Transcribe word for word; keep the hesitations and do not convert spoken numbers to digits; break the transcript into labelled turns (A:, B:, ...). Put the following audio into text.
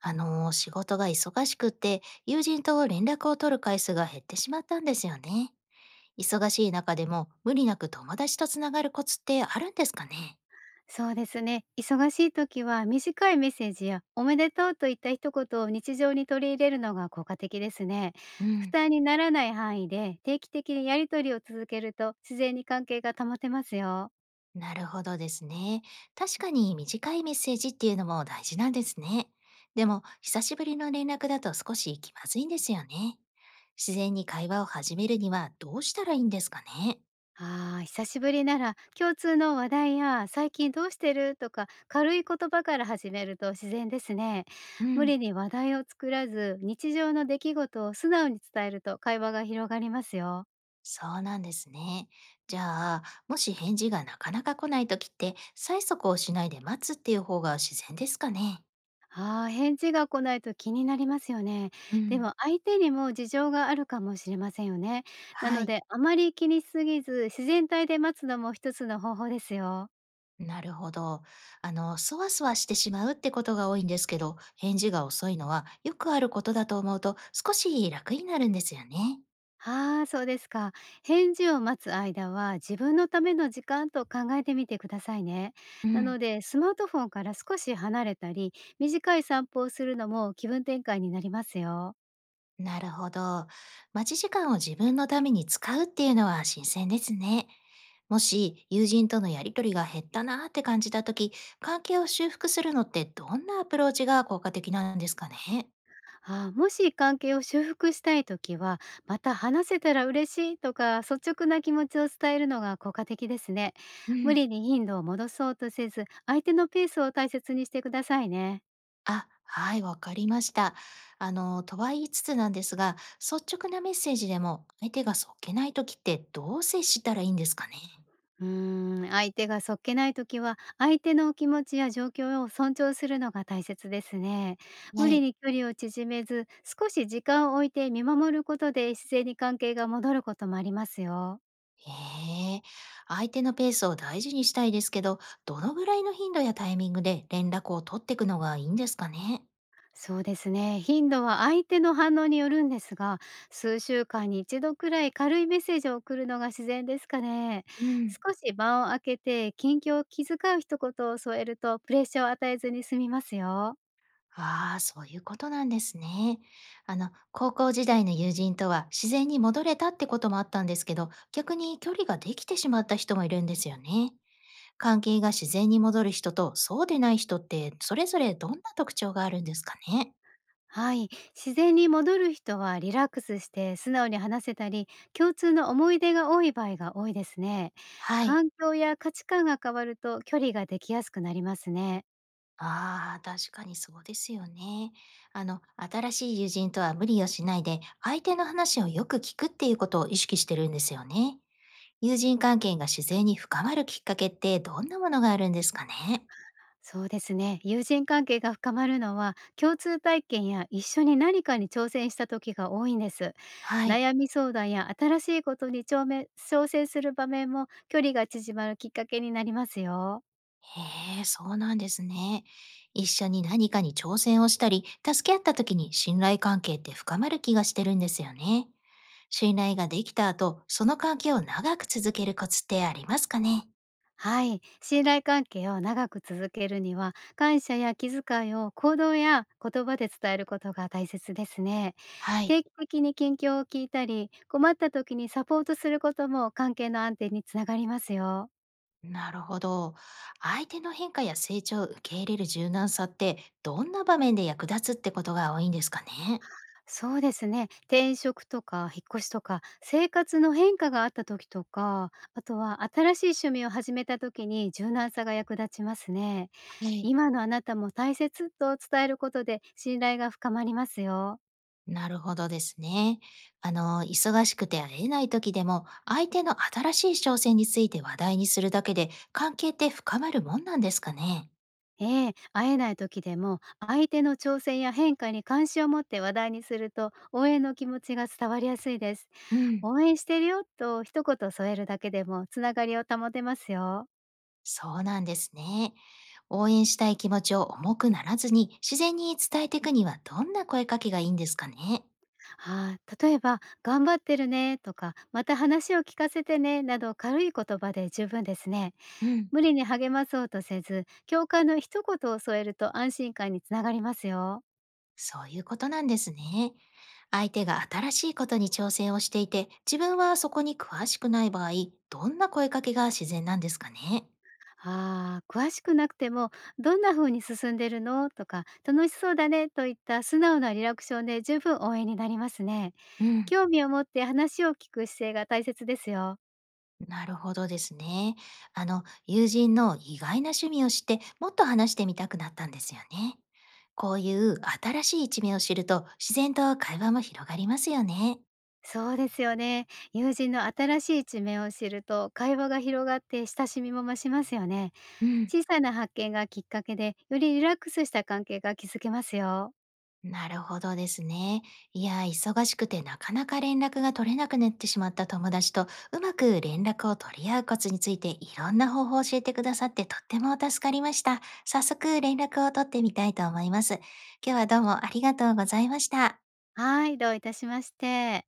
A: あの、仕事が忙しくって、友人と連絡を取る回数が減ってしまったんですよね。忙しい中でも無理なく友達とつながるコツってあるんですかね？
B: そうですね。忙しい時は短いメッセージやおめでとうといった一言を日常に取り入れるのが効果的ですね。
A: う
B: 負
A: ん、
B: 担にならない範囲で定期的にやり取りを続けると自然に関係が保てますよ。
A: なるほどですね。確かに短いメッセージっていうのも大事なんですね。でも、久しぶりの連絡だと少し気まずいんですよね。自然に会話を始めるにはどうしたらいいんですかね？
B: ああ、久しぶりなら共通の話題や最近どうしてるとか軽い言葉から始めると自然ですね。
A: う
B: 無
A: ん。
B: 理に話題を作らず日常の出来事を素直に伝えると会話が広がりますよ。
A: そうなんですね。じゃあ、もし返事がなかなか来ないときって、催促をしないで待つっていう方が自然ですかね。
B: ああ、返事が来ないと気になりますよね。
A: う
B: で
A: ん、
B: も相手にも事情があるかもしれませんよね。な
A: は
B: の
A: い。
B: であまり気にしすぎず、自然体で待つのもひとつの方法ですよ。
A: なるほど。あの、そわそわしてしまうってことが多いんですけど、返事が遅いのはよくあることだと思うと少し楽になるんですよね。
B: ああ、そうですか。返事を待つ間は自分のための時間と考えてみてくださいね。
A: う
B: なの
A: ん、
B: でスマートフォンから少し離れたり、短い散歩をするのも気分転換になりますよ。
A: なるほど。待ち時間を自分のために使うっていうのは新鮮ですね。もし友人とのやりとりが減ったなーって感じた時、関係を修復するのってどんなアプローチが効果的なんですかね？
B: ああ、もし関係を修復したいときは、また話せたら嬉しいとか率直な気持ちを伝えるのが効果的ですね。
A: う
B: 無
A: ん、
B: 理に頻度を戻そうとせず、相手のペースを大切にしてくださいね。
A: あ、はい、わかりました。あの、とは言いつつなんですが、率直なメッセージでも相手がそっけない時ってどう接したらいいんですかね？
B: うーん、相手がそっけないときは、相手の気持ちや状況を尊重するのが大切ですね。無
A: は
B: 理
A: い。
B: に距離を縮めず、少し時間を置いて見守ることで自然に関係が戻ることもありますよ。
A: へえ、相手のペースを大事にしたいですけど、どのぐらいの頻度やタイミングで連絡を取っていくのがいいんですかね？
B: そうですね。頻度は相手の反応によるんですが、数週間にいちどくらい軽いメッセージを送るのが自然ですかね。
A: うん。
B: 少し間を空けて、近況を気遣う一言を添えると、プレッシャーを与えずに済みますよ。
A: ああ、そういうことなんですね。あの、高校時代の友人とは自然に戻れたってこともあったんですけど、逆に距離ができてしまった人もいるんですよね。関係が自然に戻る人とそうでない人って、それぞれどんな特徴があるんですかね。
B: はい。自然に戻る人はリラックスして素直に話せたり、共通の思い出が多い場合が多いですね。
A: はい。
B: 環境や価値観が変わると距離ができやすくなりますね。
A: ああ、確かにそうですよね。あの、新しい友人とは無理をしないで、相手の話をよく聞くっていうことを意識してるんですよね。友人関係が自然に深まるきっかけってどんなものがあるんですかね？
B: そうですね。友人関係が深まるのは、共通体験やいっしょに何かに挑戦した時が多いんです。
A: はい。
B: 悩み相談や新しいことに挑め挑戦する場面も距離が縮まるきっかけになりますよ。
A: へえ、そうなんですね。一緒に何かに挑戦をしたり、助け合った時に信頼関係って深まる気がしてるんですよね。信頼ができた後、その関係を長く続けるコツってありますかね？
B: はい。信頼関係を長く続けるには、感謝や気遣いを行動や言葉で伝えることが大切ですね。
A: はい。
B: 定期的に近況を聞いたり、困った時にサポートすることも関係の安定につながりますよ。
A: なるほど。相手の変化や成長を受け入れる柔軟さって、どんな場面で役立つってことが多いんですかね？
B: そうですね。転職とか引っ越しとか、生活の変化があった時とか、あとは新しい趣味を始めた時に柔軟さが役立ちますね。
A: はい。
B: 今のあなたも大切と伝えることで信頼が深まりますよ。
A: なるほどですね。あの、忙しくて会えない時でも、相手の新しい挑戦について話題にするだけで、関係って深まるもんなんですかね。
B: ええ、会えない時でも相手の挑戦や変化に関心を持って話題にすると応援の気持ちが伝わりやすいです。
A: うん、
B: 応援してるよと一言添えるだけでもつながりを保てますよ。
A: そうなんですね。応援したい気持ちを重くならずに、自然に伝えていくにはどんな声かけがいいんですかね。
B: はい、例えば「頑張ってるね」とか「また話を聞かせてね」など軽い言葉で十分ですね。
A: うん、
B: 無理に励まそうとせず共感の一言を添えると安心感につながりますよ。
A: そういうことなんですね。相手が新しいことに挑戦をしていて、自分はそこに詳しくない場合、どんな声かけが自然なんですかね。
B: あー、詳しくなくても「どんな風に進んでるの？」とか「楽しそうだね」といった素直なリラクションで十分応援になりますね。
A: うん。
B: 興味を持って話を聞く姿勢が大切ですよ。
A: なるほどですね。あの、友人の意外な趣味を知って、もっと話してみたくなったんですよね。こういう新しい一面を知ると、自然と会話も広がりますよね。
B: そうですよね。友人の新しいいちめんを知ると会話が広がって親しみも増しますよね。
A: うん。
B: 小さな発見がきっかけでよりリラックスした関係が築けますよ。
A: なるほどですね。いや、忙しくてなかなか連絡が取れなくなってしまった友達と、うまく連絡を取り合うコツについて、いろんな方法を教えてくださって、とっても助かりました。早速連絡を取ってみたいと思います。今日はどうもありがとうございました。
B: はい、どういたしまして。